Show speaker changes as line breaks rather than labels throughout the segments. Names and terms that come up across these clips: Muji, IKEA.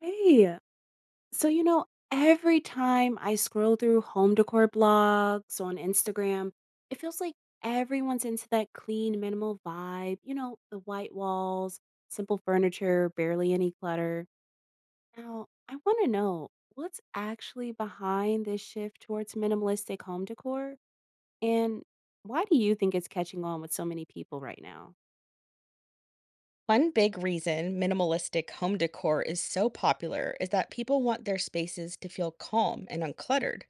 Hey, so you know, every time I scroll through home decor blogs on Instagram, it feels like everyone's into that clean, minimal vibe. You know, the white walls, simple furniture, barely any clutter. Now, I want to know what's actually behind this shift towards minimalistic home decor, and why do you think it's catching on with so many people right now?
One big reason minimalistic home decor is so popular is that people want their spaces to feel calm and uncluttered,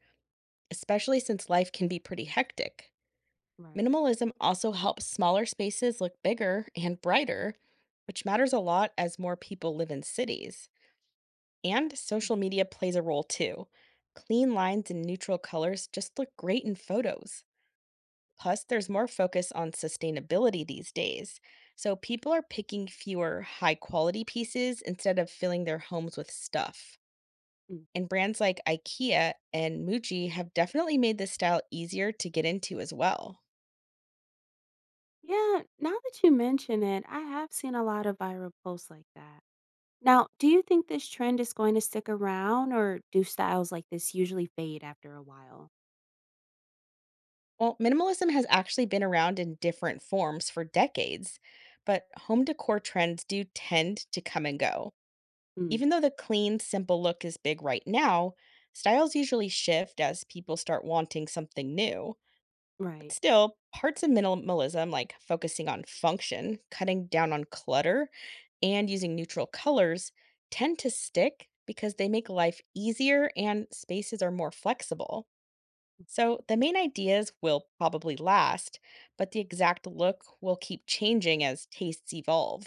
especially since life can be pretty hectic. Minimalism also helps smaller spaces look bigger and brighter, which matters a lot as more people live in cities. And social media plays a role too. Clean lines and neutral colors just look great in photos. Plus, there's more focus on sustainability these days. So people are picking fewer high quality pieces instead of filling their homes with stuff.
Mm.
And brands like IKEA and Muji have definitely made this style easier to get into as well.
Yeah, now that you mention it, I have seen a lot of viral posts like that. Now, do you think this trend is going to stick around, or do styles like this usually fade after a while?
Well, minimalism has actually been around in different forms for decades, but home decor trends do tend to come and go.
Mm,
Even though the clean, simple look is big right now, styles usually shift as people start wanting something new.
right.
Still, parts of minimalism, like focusing on function, cutting down on clutter, and using neutral colors, tend to stick because they make life easier and spaces are more flexible. So, the main ideas will probably last, but the exact look will keep changing as tastes evolve.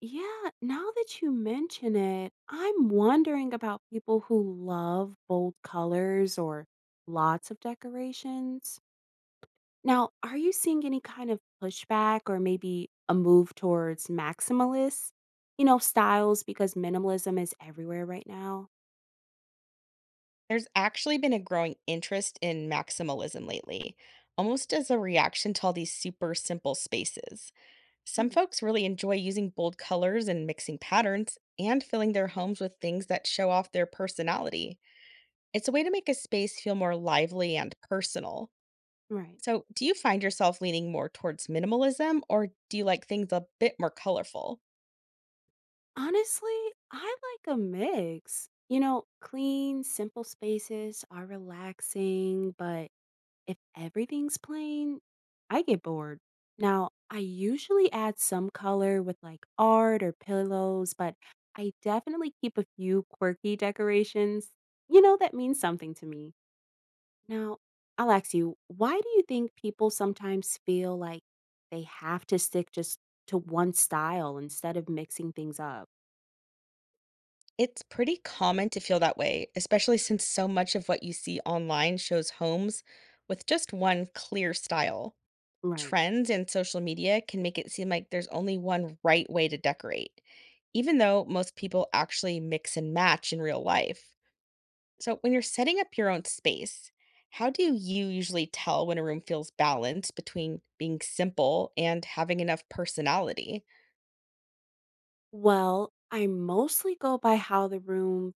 Yeah, now that you mention it, I'm wondering about people who love bold colors or lots of decorations. Now, are you seeing any kind of pushback or maybe a move towards maximalist, you know, styles because minimalism is everywhere right now?
There's actually been a growing interest in maximalism lately, almost as a reaction to all these super simple spaces. Some
Mm,
folks really enjoy using bold colors and mixing patterns and filling their homes with things that show off their personality. It's a way to make a space feel more lively and personal.
right.
So, do you find yourself leaning more towards minimalism or do you like things a bit more colorful?
Honestly, I like a mix. You know, clean, simple spaces are relaxing, but if everything's plain, I get bored. Now, I usually add some color with like art or pillows, but I definitely keep a few quirky decorations. You know, that means something to me. Now, I'll ask you, why do you think people sometimes feel like they have to stick just to one style instead of mixing things up?
It's pretty common to feel that way, especially since so much of what you see online shows homes with just one clear style.
Right.
Trends in social media can make it seem like there's only one right way to decorate, even though most people actually mix and match in real life. So, when you're setting up your own space, how do you usually tell when a room feels balanced between being simple and having enough personality?
Well, I mostly go by how the room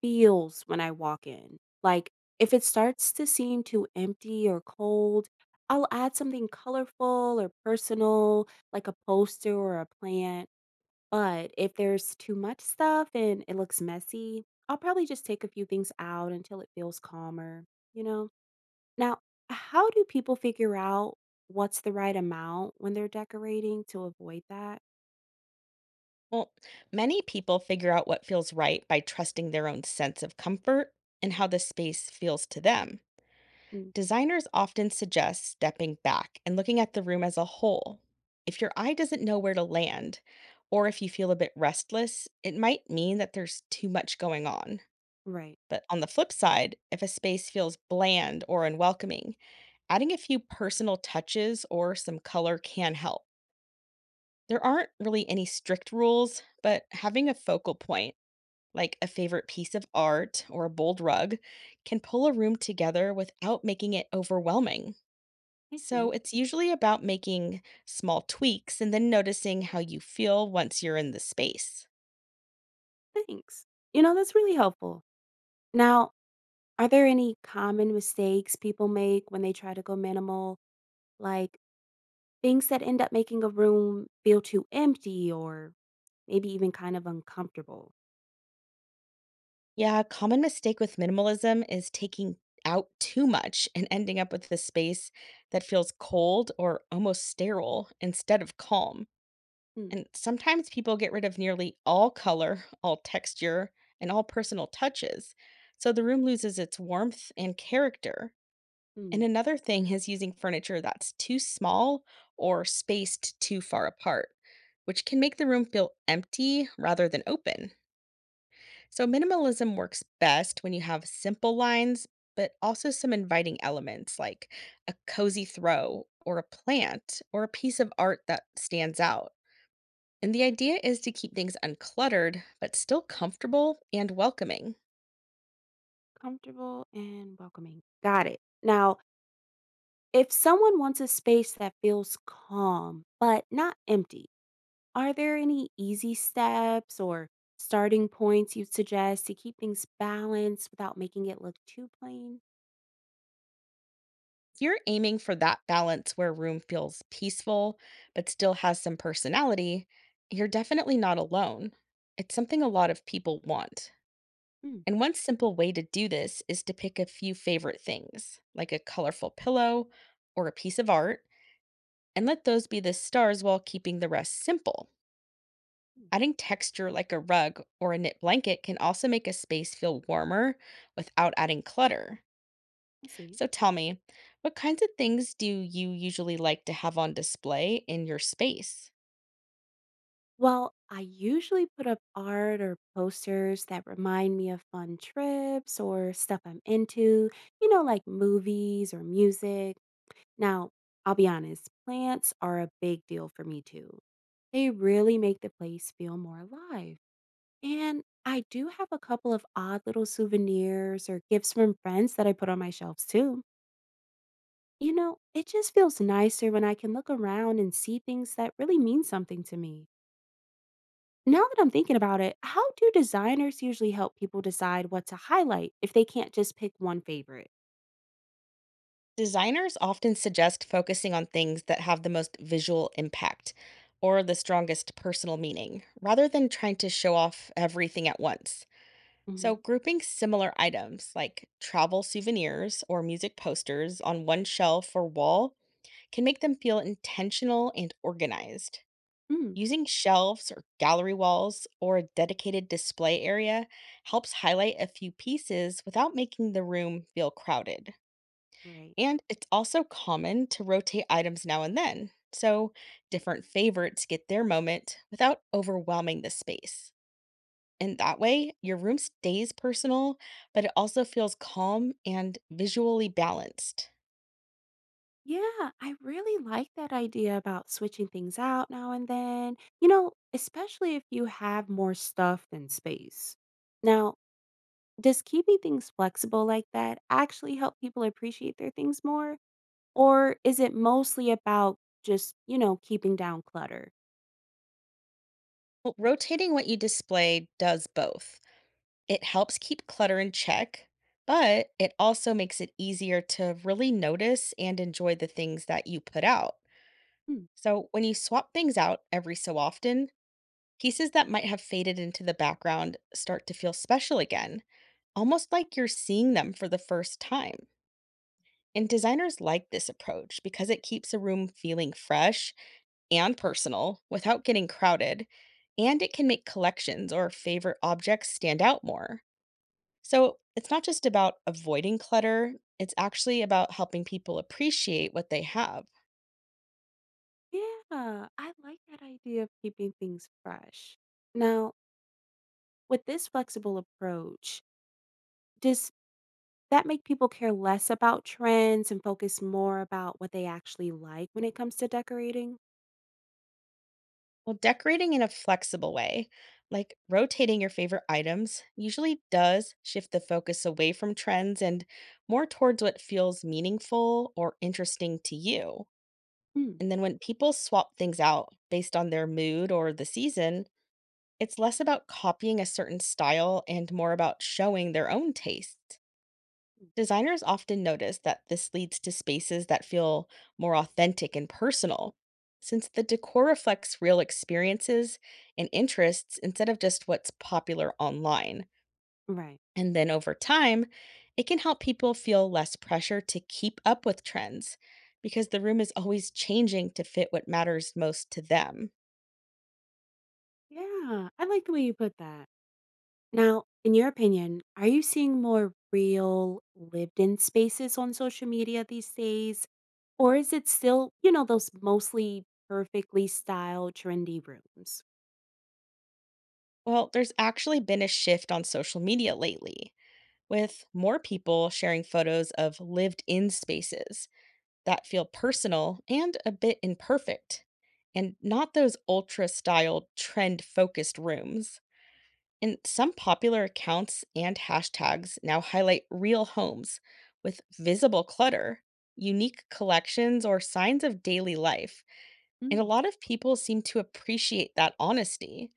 feels when I walk in. Like, if it starts to seem too empty or cold, I'll add something colorful or personal, like a poster or a plant. But if there's too much stuff and it looks messy, I'll probably just take a few things out until it feels calmer, you know? Now, how do people figure out what's the right amount when they're decorating to avoid that?
Well, many people figure out what feels right by trusting their own sense of comfort and how the space feels to them.
Mm,
Designers often suggest stepping back and looking at the room as a whole. If your eye doesn't know where to land, or if you feel a bit restless, it might mean that there's too much going on.
right.
But on the flip side, if a space feels bland or unwelcoming, adding a few personal touches or some color can help. There aren't really any strict rules, but having a focal point, like a favorite piece of art or a bold rug, can pull a room together without making it overwhelming.
I
So
see.
it's usually about making small tweaks and then noticing how you feel once you're in the space.
Thanks. You know, that's really helpful. Now, are there any common mistakes people make when they try to go minimal? Like things that end up making a room feel too empty or maybe even kind of uncomfortable?
Yeah, a common mistake with minimalism is taking out too much and ending up with a space that feels cold or almost sterile instead of calm.
Hmm.
And sometimes people get rid of nearly all color, all texture, and all personal touches. So the room loses its warmth and character. And
Hmm.
another thing is using furniture that's too small or spaced too far apart, which can make the room feel empty rather than open. So, minimalism works best when you have simple lines, but also some inviting elements like a cozy throw or a plant or a piece of art that stands out. And the idea is to keep things uncluttered, but still comfortable and welcoming.
Comfortable and welcoming. Got it. Now, if someone wants a space that feels calm but not empty, are there any easy steps or starting points you'd suggest to keep things balanced without making it look too plain?
You're aiming for that balance where room feels peaceful but still has some personality. You're definitely not alone. It's something a lot of people want.
Hmm.
And one simple way to do this is to pick a few favorite things, like a colorful pillow or a piece of art, and let those be the stars while keeping the rest simple.
Hmm,
Adding texture like a rug or a knit blanket can also make a space feel warmer without adding clutter.
I see.
So tell me, what kinds of things do you usually like to have on display in your space?
Well, I usually put up art or posters that remind me of fun trips or stuff I'm into, you know, like movies or music. Now, I'll be honest, plants are a big deal for me too. They really make the place feel more alive. And I do have a couple of odd little souvenirs or gifts from friends that I put on my shelves too. You know, it just feels nicer when I can look around and see things that really mean something to me. Now that I'm thinking about it, how do designers usually help people decide what to highlight if they can't just pick one favorite?
Designers often suggest focusing on things that have the most visual impact or the strongest personal meaning, rather than trying to show off everything at once. So,
Hmm.
grouping similar items like travel souvenirs or music posters on one shelf or wall can make them feel intentional and organized.
Mm,
Using shelves or gallery walls or a dedicated display area helps highlight a few pieces without making the room feel crowded.
right.
And it's also common to rotate items now and then, so different favorites get their moment without overwhelming the space. And that way, your room stays personal, but it also feels calm and visually balanced.
Yeah, I really like that idea about switching things out now and then, you know, especially if you have more stuff than space. Now, does keeping things flexible like that actually help people appreciate their things more? Or is it mostly about just, you know, keeping down clutter?
Well, rotating what you display does both. It helps keep clutter in check, but it also makes it easier to really notice and enjoy the things that you put out. So, when you swap things out every so often, pieces that might have faded into the background start to feel special again, almost like you're seeing them for the first time. And designers like this approach because it keeps a room feeling fresh and personal without getting crowded, and it can make collections or favorite objects stand out more. So it's not just about avoiding clutter, it's actually about helping people appreciate what they have.
Yeah, I like that idea of keeping things fresh. Now, with this flexible approach, does that make people care less about trends and focus more about what they actually like when it comes to decorating?
Well, decorating in a flexible way, like rotating your favorite items, usually does shift the focus away from trends and more towards what feels meaningful or interesting to you.
Mm,
And then when people swap things out based on their mood or the season, it's less about copying a certain style and more about showing their own taste.
mm,
Designers often notice that this leads to spaces that feel more authentic and personal, since the decor reflects real experiences and interests instead of just what's popular online.
right.
And then over time, it can help people feel less pressure to keep up with trends because the room is always changing to fit what matters most to them.
Yeah, I like the way you put that. Now, in your opinion, are you seeing more real lived in spaces on social media these days? Or is it still, you know, those mostly perfectly styled, trendy rooms?
Well, there's actually been a shift on social media lately, with more people sharing photos of lived in spaces that feel personal and a bit imperfect, and not those ultra styled, trend focused rooms. And some popular accounts and hashtags now highlight real homes with visible clutter, unique collections, or signs of daily life. And a
Mm,
lot of people seem to appreciate that honesty.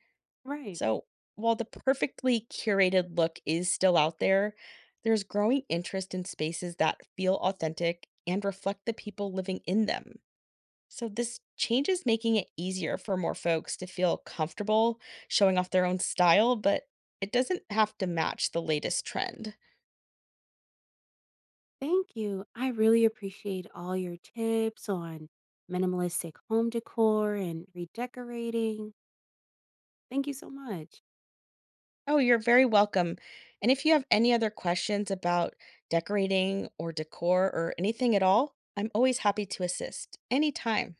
right.
So while the perfectly curated look is still out there, there's growing interest in spaces that feel authentic and reflect the people living in them. So, this change is making it easier for more folks to feel comfortable showing off their own style, but it doesn't have to match the latest trend.
Thank you. I really appreciate all your tips on minimalistic home decor and redecorating. Thank you so much.
Oh, you're very welcome. And if you have any other questions about decorating or decor or anything at all, I'm always happy to assist anytime.